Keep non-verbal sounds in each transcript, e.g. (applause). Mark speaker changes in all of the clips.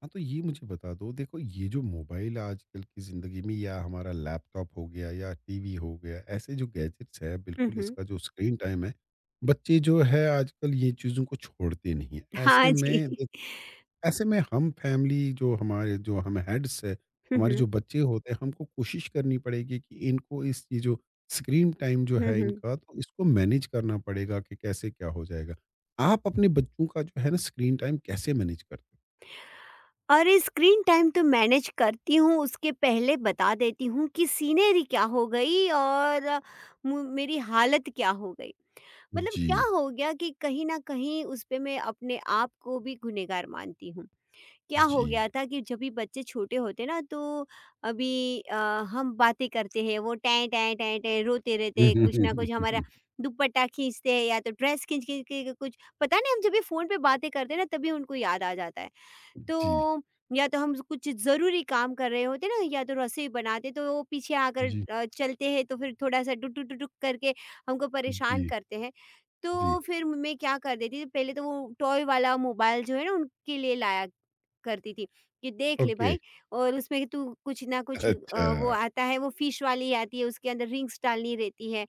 Speaker 1: हाँ, तो ये मुझे बता दो। देखो, ये जो मोबाइल आजकल की ज़िंदगी में या हमारा लैपटॉप हो गया या टीवी हो गया, ऐसे जो गैजेट्स है,
Speaker 2: हुँ,
Speaker 1: बिल्कुल
Speaker 2: हुँ।
Speaker 1: इसका जो स्क्रीन टाइम है, बच्चे जो है आजकल ये चीज़ों को छोड़ते नहीं हैं। ऐसे
Speaker 2: हाँ जी।
Speaker 1: में देख ऐसे में हम फैमिली, जो हमारे जो हम हेड्स है,
Speaker 2: हुँ,
Speaker 1: हमारे
Speaker 2: हुँ।
Speaker 1: जो बच्चे होते हैं, हमको कोशिश करनी पड़ेगी कि इनको इस ये जो स्क्रीन टाइम जो
Speaker 2: हुँ,
Speaker 1: है
Speaker 2: हुँ।
Speaker 1: इनका, तो इसको मैनेज करना पड़ेगा कि कैसे क्या हो जाएगा। आप अपने बच्चों का जो है ना, स्क्रीन टाइम कैसे मैनेज करते हो?
Speaker 2: और स्क्रीन टाइम तो मैनेज करती हूँ, उसके पहले बता देती हूँ कि सीनरी क्या हो गई और मु मेरी हालत क्या हो गई। मतलब क्या
Speaker 1: जी।
Speaker 2: हो गया कि कहीं न कहीं उस पे मैं अपने आप को भी गुनहगार मानती हूँ। क्या हो
Speaker 1: जी।
Speaker 2: गया था कि जब भी बच्चे छोटे होते ना, तो अभी अ, हम बातें करते हैं, वो टै टै टै टै रोते रहते हैं, कुछ ना कुछ हमारा
Speaker 1: (laughs)
Speaker 2: दुपट्टा खींचते हैं या तो ड्रेस खींच खींच के, कुछ पता नहीं, हम जब भी फ़ोन पे बातें करते हैं ना, तभी उनको याद आ जाता है।
Speaker 1: जी,
Speaker 2: तो या तो हम कुछ ज़रूरी काम कर रहे होते हैं ना, या तो रसोई बनाते, तो वो पीछे आकर
Speaker 1: जी,
Speaker 2: चलते हैं, तो फिर थोड़ा-सा डुक डुक डुक डुक करके हमको परेशान
Speaker 1: जी,
Speaker 2: करते हैं।
Speaker 1: जी।
Speaker 2: तो फिर मैं क्या कर देती थी, पहले तो वो टॉय वाला मोबाइल जो है ना उनके लिए लाया करती थी कि देख ले
Speaker 1: ओके।
Speaker 2: भाई, और उसमें तू कुछ ना कुछ वो
Speaker 1: अच्छा।
Speaker 2: आता है, वो फिश वाली आती है, उसके अंदर रिंग्स डालनी रहती है,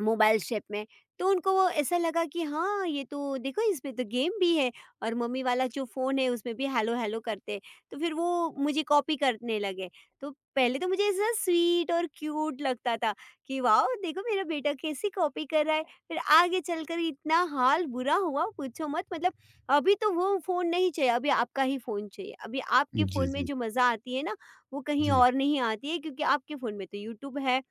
Speaker 2: मोबाइल शेप में। तो उनको वो ऐसा लगा कि हाँ, ये तो देखो इसमें तो गेम भी है, और मम्मी वाला जो फ़ोन है उसमें भी हेलो हेलो करते हैं। तो फिर वो मुझे कॉपी करने लगे। तो पहले तो मुझे ऐसा स्वीट और क्यूट लगता था कि वाओ! देखो मेरा बेटा कैसी कॉपी कर रहा है। फिर आगे चलकर इतना हाल बुरा हुआ पूछो मत, मतलब अभी तो वो फ़ोन नहीं चाहिए, अभी आपका ही फ़ोन चाहिए। अभी आपके
Speaker 1: जी,
Speaker 2: फ़ोन में
Speaker 1: जी,
Speaker 2: जो मज़ा आती है ना, वो कहीं
Speaker 1: जी,
Speaker 2: और नहीं आती है, क्योंकि आपके फ़ोन में तो यूट्यूब है,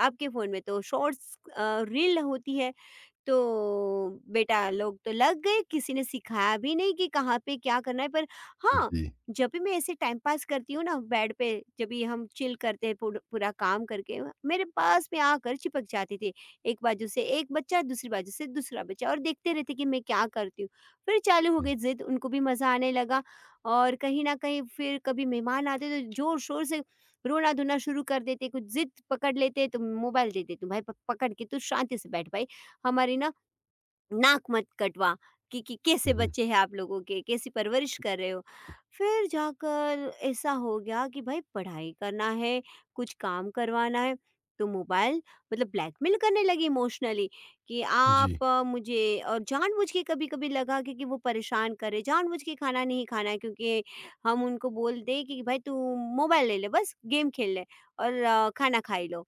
Speaker 2: आपके फ़ोन में तो शॉर्ट्स रील होती है। तो बेटा लोग तो लग गए, किसी ने सिखाया भी नहीं कि कहाँ पे क्या करना है, पर हाँ,
Speaker 1: जी।
Speaker 2: जब भी मैं ऐसे टाइम पास करती हूँ ना बेड पे, जब भी हम चिल करते हैं पूरा काम करके, मेरे पास में आकर चिपक जाते थे। एक बाजू से एक बच्चा, दूसरी बाजू से दूसरा बच्चा, और देखते रहते कि मैं क्या करती हूँ। फिर चालू हो
Speaker 1: हुँ,
Speaker 2: गई ज़िद, उनको भी मज़ा आने लगा। और कहीं न कहीं फिर कभी मेहमान आते तो ज़ोर-शोर से रोना-धोना शुरू कर देते, कुछ ज़िद पकड़ लेते, तो मोबाइल दे देती हूँ, "भाई पक पकड़ के तू शांति से बैठ भाई।" हमारी ना नाक मत कटवा कि, कैसे
Speaker 1: हुँ, हुँ।
Speaker 2: बच्चे हैं आप लोगों के, कैसी परवरिश कर रहे हो। फिर जाकर ऐसा हो गया कि भाई पढ़ाई करना है, कुछ काम करवाना है, तो मोबाइल, मतलब ब्लैकमेल करने लगी इमोशनली कि
Speaker 1: जी,
Speaker 2: आप मुझे, और जानबूझ के कभी कभी लगा कि वो परेशान करे जानबूझ के, खाना नहीं खाना है, क्योंकि हम उनको बोल दें कि भाई तू मोबाइल ले ले बस गेम खेल ले और खाना खाई लो।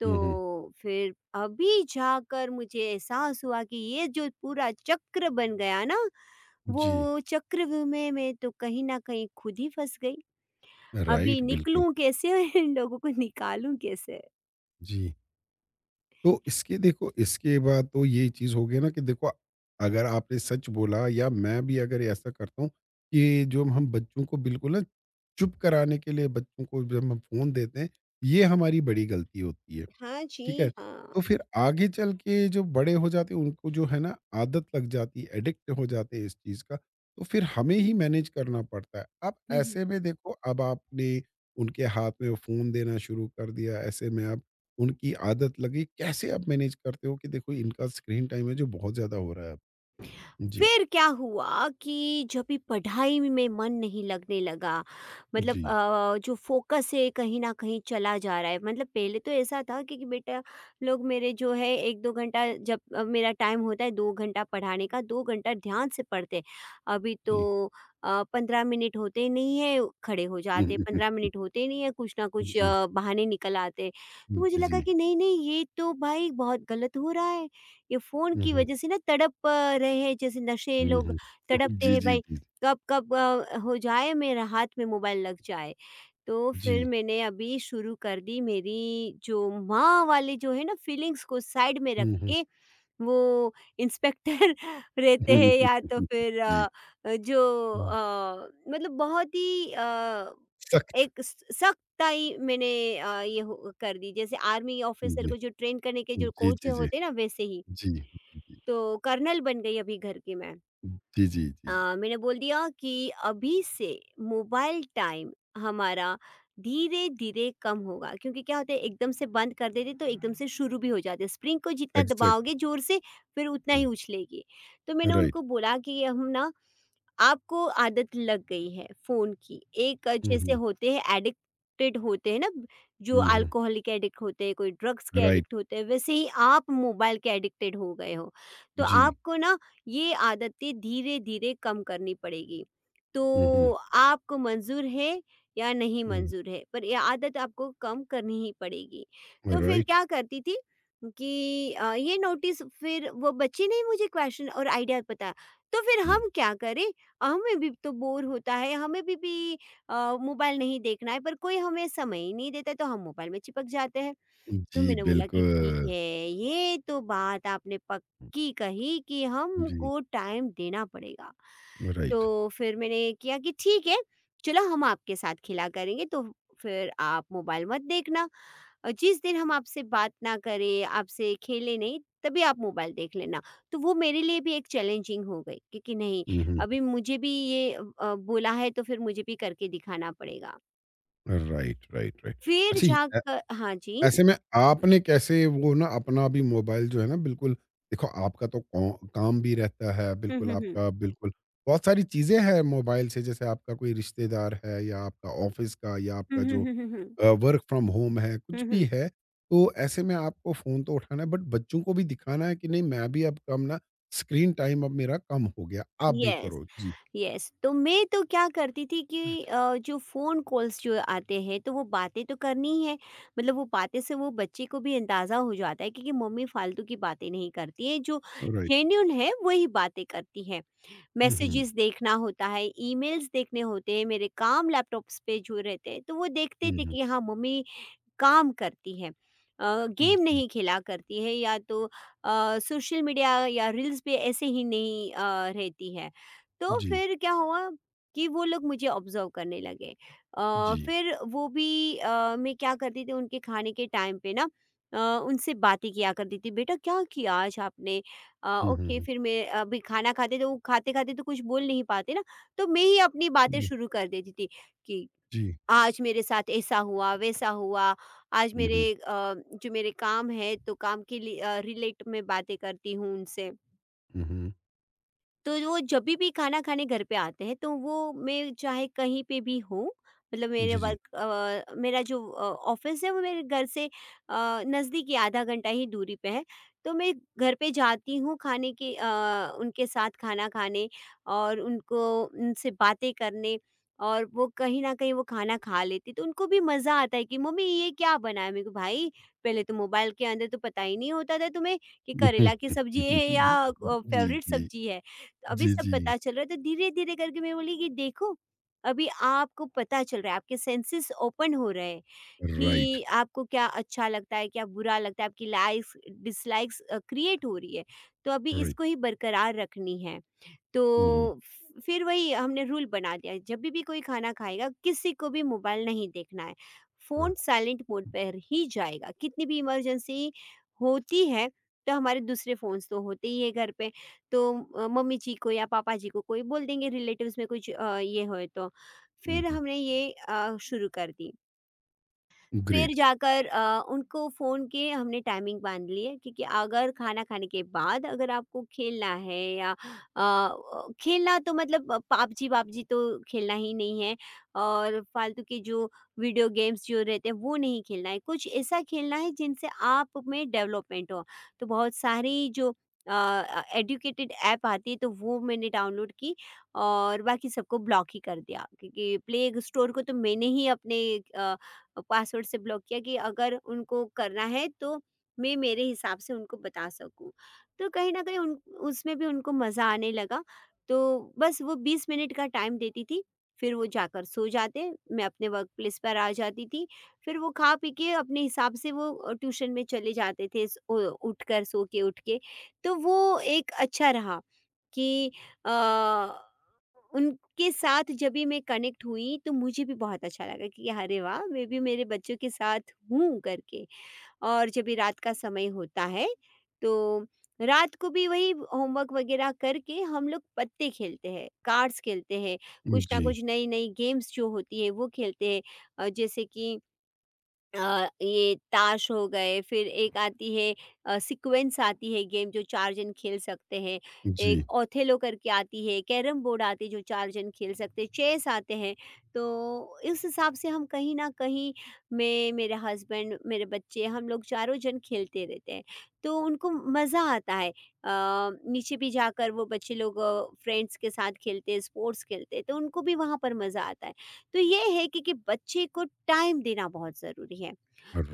Speaker 2: तो
Speaker 1: हुँ, हुँ।
Speaker 2: फिर अभी जाकर मुझे एहसास हुआ कि ये जो पूरा चक्र बन गया ना,
Speaker 1: जी,
Speaker 2: वो चक्रव्यूह में मैं तो कहीं न कहीं खुद ही फँस गई। अभी
Speaker 1: राइट, बिल्कुल।
Speaker 2: निकलूँ कैसे? (laughs) इन लोगों को निकालूँ कैसे?
Speaker 1: जी। तो इसके देखो, इसके बाद तो ये चीज़ हो गई ना कि देखो, अगर आपने सच बोला या मैं भी अगर ऐसा करता हूँ कि जो हम बच्चों को बिल्कुल ना, चुप कराने के लिए बच्चों को जब हम फ़ोन देते हैं, ये हमारी बड़ी गलती होती है।
Speaker 2: हाँ
Speaker 1: ठीक
Speaker 2: जी,
Speaker 1: है?
Speaker 2: हाँ।
Speaker 1: तो फिर आगे चल के जो बड़े हो जाते हैं, उनको जो है ना, आदत लग जाती है, एडिक्ट हो जाते हैं इस चीज़ का, तो फिर हमें ही मैनेज करना पड़ता है। अब
Speaker 2: हुँ, हुँ।
Speaker 1: ऐसे में देखो, अब आपने उनके हाथ में फ़ोन देना शुरू कर दिया, ऐसे में अब उनकी आदत लगी, कैसे आप मैनेज करते हो कि देखो इनका स्क्रीन टाइम है जो बहुत ज़्यादा हो रहा है अब? जी,
Speaker 2: फिर क्या हुआ कि जब भी पढ़ाई में मन नहीं लगने लगा, मतलब
Speaker 1: जी,
Speaker 2: जो फ़ोकस है कहीं न कहीं चला जा रहा है, मतलब पहले तो ऐसा था कि बेटा लोग मेरे जो है, 1-2 घंटा, जब मेरा टाइम होता है, 2 घंटा पढ़ाने का, 2 घंटा ध्यान से पढ़ते। अभी
Speaker 1: जी।
Speaker 2: तो 15 मिनट होते ही नहीं है, खड़े हो
Speaker 1: हुँ,
Speaker 2: जाते,
Speaker 1: हुँ, हुँ।
Speaker 2: 15 मिनट होते ही नहीं है, कुछ ना कुछ
Speaker 1: जी,
Speaker 2: बहाने निकल आते। तो मुझे
Speaker 1: जी,
Speaker 2: लगा
Speaker 1: जी।
Speaker 2: कि नहीं-नहीं, ये तो भाई बहुत गलत हो रहा है। ये फ़ोन
Speaker 1: हुँ,
Speaker 2: की
Speaker 1: हुँ,
Speaker 2: वजह से ना तड़प आ रहे हैं, जैसे नशे
Speaker 1: हुँ,
Speaker 2: लोग
Speaker 1: हुँ।
Speaker 2: तड़पते
Speaker 1: जी,
Speaker 2: हैं
Speaker 1: जी,
Speaker 2: भाई,
Speaker 1: जी,
Speaker 2: कब कब हो जाए मेरे हाथ में मोबाइल लग जाए। तो फिर
Speaker 1: जी।
Speaker 2: मैंने अभी शुरू कर दी, मेरी जो माँ वाली जो है ना फीलिंग्स को साइड में रख
Speaker 1: हुँ, हुँ।
Speaker 2: के, वो इंस्पेक्टर (laughs) रहते हैं, या तो
Speaker 1: (laughs)
Speaker 2: फिर
Speaker 1: जी।
Speaker 2: जो
Speaker 1: हुँ।
Speaker 2: मतलब बहुत ही
Speaker 1: सख्त।
Speaker 2: एक स सख्ताई मैंने ये हो कर दी, जैसे आर्मी ऑफ़िसर
Speaker 1: जी।
Speaker 2: को जो ट्रेन करने के जो
Speaker 1: जी,
Speaker 2: कोच
Speaker 1: जी, जी।
Speaker 2: होते हैं ना, वैसे ही।
Speaker 1: जी, जी,
Speaker 2: तो कर्नल बन गई अभी घर की मैं।
Speaker 1: जी, जी, जी।
Speaker 2: मैंने बोल दिया कि अभी से मोबाइल टाइम हमारा धीरे धीरे कम होगा, क्योंकि क्या होता है, एकदम से बंद कर देते तो एकदम से शुरू भी हो जाते, स्प्रिंग को जितना
Speaker 1: एग्ज़ैक्टली।
Speaker 2: दबाओगे जोर से फिर उतना
Speaker 1: हुँ,
Speaker 2: ही उछलेगी। तो मैंने
Speaker 1: राइट।
Speaker 2: उनको बोला कि हम ना, आपको आदत लग गई है फ़ोन की। एक
Speaker 1: हुँ,
Speaker 2: जैसे
Speaker 1: हुँ,
Speaker 2: होते हैं एडिक्टेड होते हैं ना, जो
Speaker 1: हुँ, हुँ,
Speaker 2: अल्कोहल के एडिक्ट होते हैं, कोई ड्रग्स के
Speaker 1: राइट।
Speaker 2: एडिक्ट होते हैं, वैसे ही आप मोबाइल के एडिक्टेड हो गए हो। तो
Speaker 1: जी।
Speaker 2: आपको ना ये आदतें धीरे-धीरे कम करनी पड़ेगी। तो
Speaker 1: हुँ, हुँ,
Speaker 2: आपको मंज़ूर है या नहीं
Speaker 1: हुँ,
Speaker 2: मंज़ूर है, पर ये आदत आपको कम करनी ही पड़ेगी। तो फिर
Speaker 1: राइट।
Speaker 2: क्या करती थी कि ये नोटिस, फिर वो बच्चे ने ही मुझे क्वेश्चन और आइडिया बताया, तो फिर
Speaker 1: हुँ,
Speaker 2: हम क्या करें, हमें भी तो बोर होता है, हमें भी मोबाइल नहीं देखना है, पर कोई हमें समय ही नहीं देता तो हम मोबाइल में चिपक जाते हैं। तो
Speaker 1: जी,
Speaker 2: मैंने बोला कि ठीक
Speaker 1: बिल्कुल।
Speaker 2: है, ये तो बात आपने पक्की कही कि
Speaker 1: जी,
Speaker 2: हमको टाइम देना पड़ेगा।
Speaker 1: राइट।
Speaker 2: तो फिर मैंने किया कि ठीक है, चलो हम आपके साथ खिला करेंगे, तो फिर आप मोबाइल मत देखना, और जिस दिन हम आपसे बात ना करें, आपसे खेले नहीं, तभी आप मोबाइल देख लेना। तो वो मेरे लिए भी एक चैलेंजिंग हो गई, क्योंकि नहीं,
Speaker 1: हुँ, हुँ,
Speaker 2: अभी मुझे भी ये बोला है तो फिर मुझे भी करके दिखाना पड़ेगा।
Speaker 1: Right, right, right.
Speaker 2: फिर
Speaker 1: अच्छा, ये
Speaker 2: जाकर हाँ जी,
Speaker 1: ऐसे में आपने कैसे वो ना, अपना भी मोबाइल जो है ना, बिल्कुल देखो, आपका तो काम भी रहता है,
Speaker 2: हम्म
Speaker 1: बिल्कुल
Speaker 2: हम्म
Speaker 1: आपका, बिल्कुल बहुत सारी चीजें हैं मोबाइल से। जैसे आपका कोई रिश्तेदार है या आपका ऑफिस का या
Speaker 2: हम्म
Speaker 1: आपका
Speaker 2: हम्म
Speaker 1: जो
Speaker 2: हम्म हम्म हम्म।
Speaker 1: वर्क फ्रॉम होम है,
Speaker 2: हुँ,
Speaker 1: कुछ भी
Speaker 2: हुँ।
Speaker 1: है, तो ऐसे में आपको फोन तो उठाना है, बट बच्चों को भी दिखाना है कि नहीं, मैं भी अब कम ना, स्क्रीन टाइम अब मेरा कम हो गया, आप भी
Speaker 2: यस,
Speaker 1: करो जी।
Speaker 2: यस। तो मैं तो क्या करती थी कि जो फ़ोन कॉल्स जो आते हैं, तो वो बातें तो करनी ही है। मतलब वो बातें से वो बच्चे को भी अंदाज़ा हो जाता है, क्योंकि मम्मी फालतू की बातें नहीं करती है, जो
Speaker 1: राइट।
Speaker 2: जेन्युइन है वही बातें करती है।
Speaker 1: हम्म,
Speaker 2: मैसेजेस देखना होता है, ईमेल्स देखने होते हैं, मेरे काम लैपटॉप्स पे जो रहते हैं, तो वो देखते थे
Speaker 1: हम्म,
Speaker 2: कि हाँ, मम्मी काम करती है। अ, गेम
Speaker 1: जी,
Speaker 2: नहीं खेला करती है, या तो सोशल मीडिया या रील्स पे ऐसे ही नहीं रहती है। तो
Speaker 1: जी,
Speaker 2: फिर क्या हुआ कि वो लोग मुझे ऑब्ज़र्व करने लगे।
Speaker 1: जी।
Speaker 2: फिर वो भी मैं क्या करती थी उनके खाने के टाइम पे ना अ, उनसे बातें किया करती थी, "बेटा क्या किया आज आपने?"
Speaker 1: हम्म,
Speaker 2: ओके, फिर मैं अभी खाना खाते तो खाते-खाते तो कुछ बोल नहीं पाते ना, तो मैं ही अपनी बातें
Speaker 1: हम्म,
Speaker 2: शुरू कर देती थी कि
Speaker 1: जी।
Speaker 2: आज मेरे साथ ऐसा हुआ, वैसा हुआ, आज मेरे
Speaker 1: हम्म,
Speaker 2: जो मेरे काम है, तो काम के लिए रिलेट मैं बातें करती हूँ उनसे।
Speaker 1: हम्म,
Speaker 2: तो वो जभी भी खाना खाने घर पे आते हैं, तो वो मैं चाहे कहीं पे भी हूँ, मतलब मेरे
Speaker 1: जी, जी।
Speaker 2: वर्क मेरा जो ऑफिस है वो मेरे घर से नज़दीकी आधा घंटा ही दूरी पे है। तो मैं घर पे जाती हूँ खाने के उनके साथ खाना खाने, और उनको उनसे बातें करने। और वो कहीं ना कहीं वो खाना खा लेती तो उनको भी मज़ा आता है कि मम्मी ये क्या बनाया मेरे को भाई, पहले तो मोबाइल के अंदर तो पता ही नहीं होता था तुम्हें कि करेला की सब्जी है या
Speaker 1: (laughs) जी,
Speaker 2: फेवरेट
Speaker 1: जी।
Speaker 2: सब्जी है। तो अभी
Speaker 1: जी,
Speaker 2: सब
Speaker 1: जी।
Speaker 2: पता चल रहा है, तो धीरे-धीरे करके मैं बोली कि देखो, अभी आपको पता चल रहा है, आपके सेंसेस ओपन हो रहे हैं।
Speaker 1: राइट,
Speaker 2: कि आपको क्या अच्छा लगता है, क्या बुरा लगता है, आपकी लाइक्स डिसलाइक्स क्रिएट हो रही है, तो अभी
Speaker 1: राइट।
Speaker 2: इसको ही बरकरार रखनी है।
Speaker 1: हुँ, हुँ।
Speaker 2: तो फ फिर वही हमने रूल बना दिया है, जब भी कोई खाना खाएगा, किसी को भी मोबाइल नहीं देखना है।
Speaker 1: हाँ,
Speaker 2: फ़ोन साइलेंट मोड पर ही जाएगा, कितनी भी इमरजेंसी होती है, तो हमारे दूसरे फ़ोन्स तो होते ही है घर पे, तो मम्मी जी को या पापा जी को कोई बोल देंगे, रिलेटिव्स में कुछ ये होए तो।
Speaker 1: हुँ,
Speaker 2: फिर
Speaker 1: हुँ।
Speaker 2: हमने ये शुरू कर दी। फिर
Speaker 1: ग्रेट।
Speaker 2: जाकर उनको फ़ोन किए हमने टाइमिंग बाँध ली है, क्योंकि अगर खाना खाने के बाद अगर आपको खेलना है या खेलना तो, मतलब पबजी वबजी तो खेलना ही नहीं है, और फालतू के जो वीडियो गेम्स जो रहते हैं वो नहीं खेलना है। कुछ ऐसा खेलना है जिनसे आप में डेवलपमेंट हो। तो बहुत सारी जो एडुकेटेड ऐप आती है, तो वो मैंने डाउनलोड की और बाकी सबको ब्लॉक ही कर दिया, क्योंकि प्ले स्टोर को तो मैंने ही अपने अ पासवर्ड से ब्लॉक किया कि अगर उनको करना है तो मैं मेरे हिसाब से उनको बता सकूँ। तो कहीं न कहीं उन उसमें भी उनको मज़ा आने लगा। तो बस वो 20 मिनट का टाइम देती थी, फिर वो जाकर सो जाते, मैं अपने वर्क प्लेस पर आ जाती थी। फिर वो खा पी के अपने हिसाब से वो ट्यूशन में चले जाते थे स उ उठकर, सो के उठ के। तो वो एक अच्छा रहा कि अ उनके साथ जब भी मैं कनेक्ट हुई तो मुझे भी बहुत अच्छा लगा कि अरे वाह! मैं भी मेरे बच्चों के साथ हूँ करके। और जब भी रात का समय होता है तो रात को भी वही होमवर्क वगैरह करके हम लोग पत्ते खेलते हैं, कार्ड्स खेलते हैं, कुछ ना
Speaker 1: जी,
Speaker 2: कुछ नई-नई गेम्स जो होती है वो खेलते हैं। जैसे कि ये ताश हो गए फिर एक आती है सीक्वेंस आती है गेम जो चार जन खेल सकते हैं। एक
Speaker 1: जी।
Speaker 2: ओथेलो करके आती है, कैरम बोर्ड आती है जो चार जन खेल सकते हैं, चेस आते हैं। तो इस हिसाब से हम कहीं ना कहीं मैं मेरे हस्बैंड मेरे बच्चे हम लोग चारों जन खेलते रहते हैं। तो उनको मज़ा आता है। नीचे भी जाकर वो बच्चे लोग फ्रेंड्स के साथ खेलते हैं, स्पोर्ट्स खेलते हैं, तो उनको भी वहाँ पर मज़ा आता है। तो ये है कि बच्चे को टाइम देना बहुत ज़रूरी है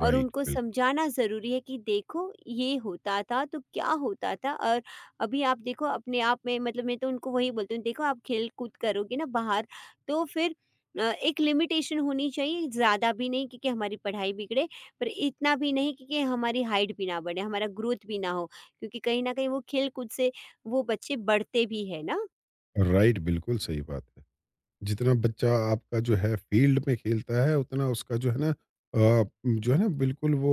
Speaker 2: और उनको
Speaker 1: बिल्कुल।
Speaker 2: समझाना ज़रूरी है कि देखो ये होता था तो क्या होता था। और अभी आप देखो अपने आप में मतलब मैं तो उनको वही बोलती हूँ, देखो आप खेल कूद करोगे ना बाहर, तो फिर एक लिमिटेशन होनी चाहिए। ज़्यादा भी नहीं क्योंकि हमारी पढ़ाई बिगड़े, पर इतना भी नहीं क्योंकि हमारी हाइट भी ना बढ़े, हमारा ग्रोथ भी ना हो, क्योंकि कहीं ना कहीं वो खेल कूद से वो बच्चे बढ़ते भी है ना।
Speaker 1: राइट, बिल्कुल सही बात है। जितना बच्चा आपका जो है फील्ड में खेलता है, उतना उसका जो है ना, जो है ना बिल्कुल वो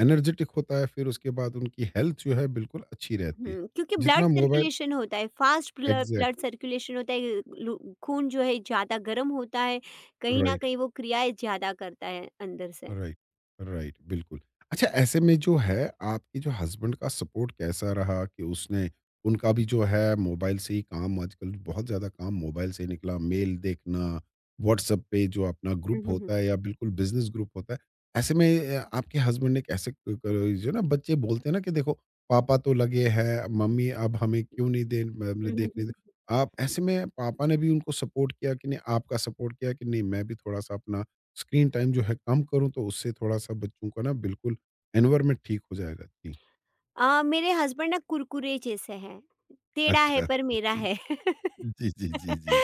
Speaker 1: एनर्जेटिक होता है, फिर उसके बाद उनकी हेल्थ जो है बिल्कुल अच्छी रहती है।
Speaker 2: हुँ, क्योंकि ब्लड
Speaker 1: जितना मोबाइल,
Speaker 2: सर्कुलेशन होता है, फ़ास्ट ब्लड
Speaker 1: एग्ज़ैक्टली,
Speaker 2: सर्कुलेशन होता है, लू खून जो है ज़्यादा गर्म होता है, कहीं न
Speaker 1: राइट।
Speaker 2: कहीं वो क्रियाएँ ज़्यादा करता है अंदर से।
Speaker 1: राइट, राइट, बिल्कुल। अच्छा, ऐसे में जो है आपके जो हस्बैंड का सपोर्ट कैसा रहा कि उसने, उनका भी जो है मोबाइल से ही काम, आजकल बहुत ज़्यादा काम मोबाइल से ही निकला, मेल देखना, व्हाट्सएप पे जो अपना
Speaker 2: हुँ,
Speaker 1: ग्रुप
Speaker 2: हुँ, हुँ।
Speaker 1: होता है या बिल्कुल बिज़नेस ग्रुप होता है। ऐसे में आपके हस्बैंड ने कैसे, क क जो ना बच्चे बोलते हैं ना कि देखो, पापा तो लगे हैं, मम्मी अब हमें क्यों नहीं दे, मतलब
Speaker 2: हुँ, हुँ,
Speaker 1: देखने
Speaker 2: हुँ,
Speaker 1: दे।
Speaker 2: हुँ।
Speaker 1: आप ऐसे में पापा ने भी उनको सपोर्ट किया कि नहीं, आपका सपोर्ट किया कि नहीं, मैं भी थोड़ा-सा अपना स्क्रीन टाइम जो है कम करूँ, तो उससे थोड़ा-सा बच्चों का ना, बिल्कुल एनवायरनमेंट ठीक हो जाएगा। जी।
Speaker 2: मेरे हस्बैंड ना कुरकुरे जैसे हैं, टेढ़ा है
Speaker 1: अच्छा।
Speaker 2: पर मेरा है। (laughs)
Speaker 1: जी, जी, जी, जी।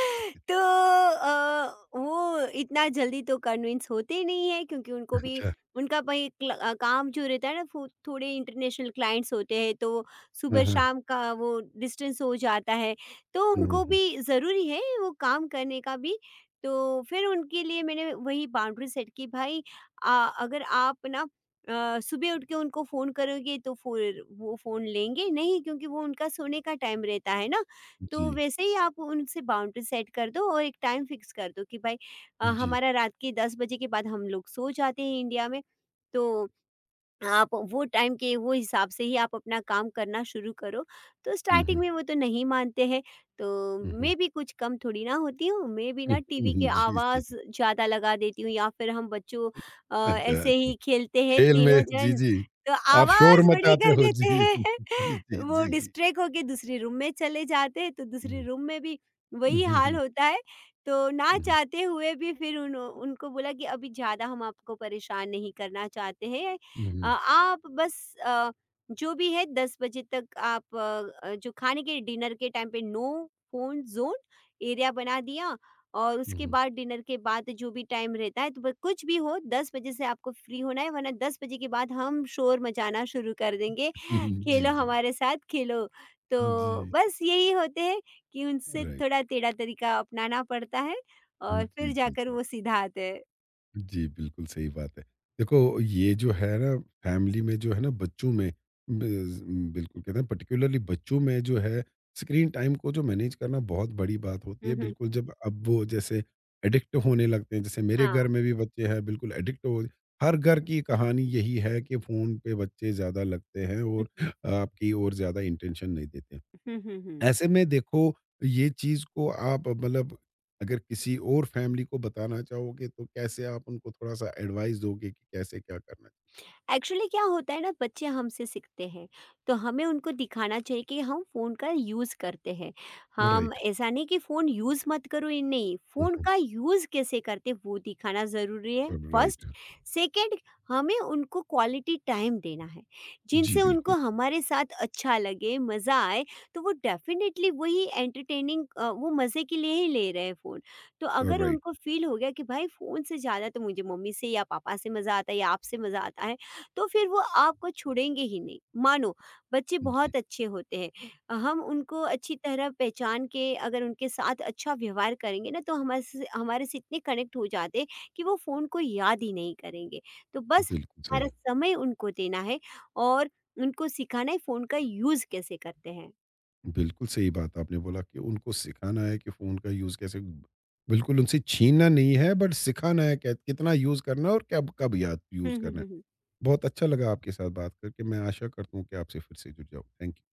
Speaker 2: तो वो इतना जल्दी तो कन्विंस होते नहीं है क्योंकि उनको भी
Speaker 1: अच्छा।
Speaker 2: उनका भाई काम जो रहता है ना वो थोड़े इंटरनेशनल क्लाइंट्स होते हैं, तो
Speaker 1: हाँ,
Speaker 2: सुबह
Speaker 1: हाँ।
Speaker 2: शाम का वो डिस्टेंस हो जाता है। तो
Speaker 1: हुँ, हुँ,
Speaker 2: उनको
Speaker 1: हुँ।
Speaker 2: भी ज़रूरी है वो काम करने का भी। तो फिर उनके लिए मैंने वही बाउंड्री सेट की, भाई अगर आप ना सुबह उठ के उनको फ़ोन करोगे तो फिर वो फ़ोन लेंगे नहीं क्योंकि वो उनका सोने का टाइम रहता है ना।
Speaker 1: जी,
Speaker 2: तो वैसे ही आप उनसे बाउंड्री सेट कर दो और एक टाइम फिक्स कर दो कि भाई
Speaker 1: जी।
Speaker 2: हमारा रात के 10 बजे के बाद हम लोग सो जाते हैं इंडिया में, तो आप वो टाइम के वो हिसाब से ही आप अपना काम करना शुरू करो। तो
Speaker 1: हुँ,
Speaker 2: स्टार्टिंग
Speaker 1: हुँ,
Speaker 2: में वो तो नहीं मानते हैं, तो
Speaker 1: हुँ, हुँ।
Speaker 2: मैं भी कुछ कम थोड़ी ना होती हूँ, मैं भी
Speaker 1: हुँ,
Speaker 2: ना टीवी की
Speaker 1: हुँ, जी, जी।
Speaker 2: आवाज़ ज़्यादा लगा देती हूँ या फिर हम बच्चों
Speaker 1: अच्छा,
Speaker 2: ऐसे
Speaker 1: अच्छा।
Speaker 2: ही खेलते हैं
Speaker 1: खेल में
Speaker 2: तीनों
Speaker 1: जी,
Speaker 2: जन,
Speaker 1: जी।
Speaker 2: तो
Speaker 1: आप शोर
Speaker 2: आवाज़ बड़ी
Speaker 1: मचाते
Speaker 2: कर
Speaker 1: हो।
Speaker 2: देते
Speaker 1: जी,
Speaker 2: हैं।
Speaker 1: जी,
Speaker 2: (laughs)
Speaker 1: जी,
Speaker 2: वो
Speaker 1: जी।
Speaker 2: डिस्ट्रैक्ट होके दूसरे रूम में चले जाते हैं, तो दूसरे
Speaker 1: हुँ।
Speaker 2: रूम में भी
Speaker 1: हुँ,
Speaker 2: वही
Speaker 1: हुँ,
Speaker 2: हाल
Speaker 1: हुँ।
Speaker 2: होता है। तो ना
Speaker 1: हुँ, हुँ,
Speaker 2: चाहते हुए भी फिर उन उनको बोला कि अभी ज़्यादा हम आपको परेशान नहीं करना चाहते हैं।
Speaker 1: हुँ, हुँ,
Speaker 2: आप बस जो भी है 10 बजे तक आप जो खाने के डिनर के टाइम पे नो फ़ोन ज़ोन एरिया बना दिया। और उसके
Speaker 1: हुँ,
Speaker 2: बाद डिनर के बाद जो भी टाइम रहता है, तो ब कुछ भी हो 10 बजे से आपको फ्री होना है, वरना 10 बजे के बाद हम शोर मचाना शुरू कर देंगे,
Speaker 1: हुँ, हुँ, जी,
Speaker 2: खेलो
Speaker 1: जी।
Speaker 2: हमारे साथ खेलो। तो
Speaker 1: जी,
Speaker 2: बस यही होते हैं कि उनसे
Speaker 1: राइट।
Speaker 2: थोड़ा टेढ़ा तरीका अपनाना पड़ता है
Speaker 1: हुँ,
Speaker 2: और
Speaker 1: जी,
Speaker 2: फिर
Speaker 1: जी,
Speaker 2: जाकर
Speaker 1: जी।
Speaker 2: वो सीधा आते हैं।
Speaker 1: जी, बिल्कुल सही बात है। देखो, ये जो है ना, फैमिली में जो है ना, बच्चों में, बिज़ बिल्कुल कहते हैं पर्टिकुलरली बच्चों में जो है, स्क्रीन टाइम को जो मैनेज करना बहुत बड़ी बात होती
Speaker 2: हुँ,
Speaker 1: है।
Speaker 2: हुँ।
Speaker 1: बिल्कुल जब अब वो जैसे एडिक्ट होने लगते हैं, जैसे मेरे
Speaker 2: हाँ।
Speaker 1: घर में भी बच्चे हैं बिल्कुल एडिक्ट हो हर घर की कहानी यही है कि फ़ोन पे बच्चे ज़्यादा लगते हैं
Speaker 2: हुँ,
Speaker 1: और
Speaker 2: हुँ।
Speaker 1: आपकी ओर ज़्यादा इंटेंशन नहीं देते हैं।
Speaker 2: हुँ, हुँ, हुँ।
Speaker 1: ऐसे में देखो, ये चीज़ को आप मतलब, अगर किसी और फैमिली को बताना चाहोगे, तो कैसे आप उनको थोड़ा-सा एडवाइस दोगे कि कैसे क्या करना।
Speaker 2: एक्चुअली क्या होता है ना बच्चे हमसे सीखते हैं, तो हमें उनको दिखाना चाहिए कि हम फ़ोन का यूज़ करते हैं। हम
Speaker 1: राइट।
Speaker 2: ऐसा नहीं कि फ़ोन यूज़ मत करो, ये नहीं,
Speaker 1: हुँ,
Speaker 2: फ़ोन
Speaker 1: हुँ।
Speaker 2: का यूज़ कैसे करते हैं वो दिखाना ज़रूरी है
Speaker 1: राइट।
Speaker 2: फर्स्ट। सेकंड, हमें उनको क्वालिटी टाइम देना है,
Speaker 1: जी,
Speaker 2: जिनसे
Speaker 1: बिल्कुल।
Speaker 2: उनको हमारे साथ अच्छा लगे, मज़ा आए, तो वो डेफ़िनेटली वही एंटरटेनिंग वो मज़े के लिए ही ले रहे हैं फ़ोन। तो अगर
Speaker 1: राइट।
Speaker 2: उनको फ़ील हो गया कि भाई फ़ोन से ज़्यादा तो मुझे मम्मी से या पापा से मज़ा आता है या आपसे मज़ा आता है, तो फिर वो आपको छोड़ेंगे ही नहीं। मानो बच्चे
Speaker 1: जी।
Speaker 2: बहुत अच्छे होते हैं, हम उनको अच्छी तरह पहचान के अगर उनके साथ अच्छा व्यवहार करेंगे ना तो हमारे से इतने कनेक्ट हो जाते हैं कि वो फ़ोन को याद ही नहीं करेंगे। तो बस
Speaker 1: बिल्कुल सही।
Speaker 2: हमारा समय उनको देना है और उनको सिखाना है फ़ोन का यूज़ कैसे करते हैं।
Speaker 1: बिल्कुल सही बात आपने बोला कि उनको सिखाना है कि फ़ोन का यूज़ कैसे, बिल्कुल उनसे छीनना नहीं है, बट सिखाना है कै कितना यूज़ करना है और कब कब याद
Speaker 2: (laughs) हुँ,
Speaker 1: यूज़
Speaker 2: हुँ,
Speaker 1: करना है।
Speaker 2: हुँ, हुँ।
Speaker 1: बहुत अच्छा लगा आपके साथ बात करके। मैं आशा करता हूँ कि आपसे फिर से जुड़ जाऊँ। Thank you.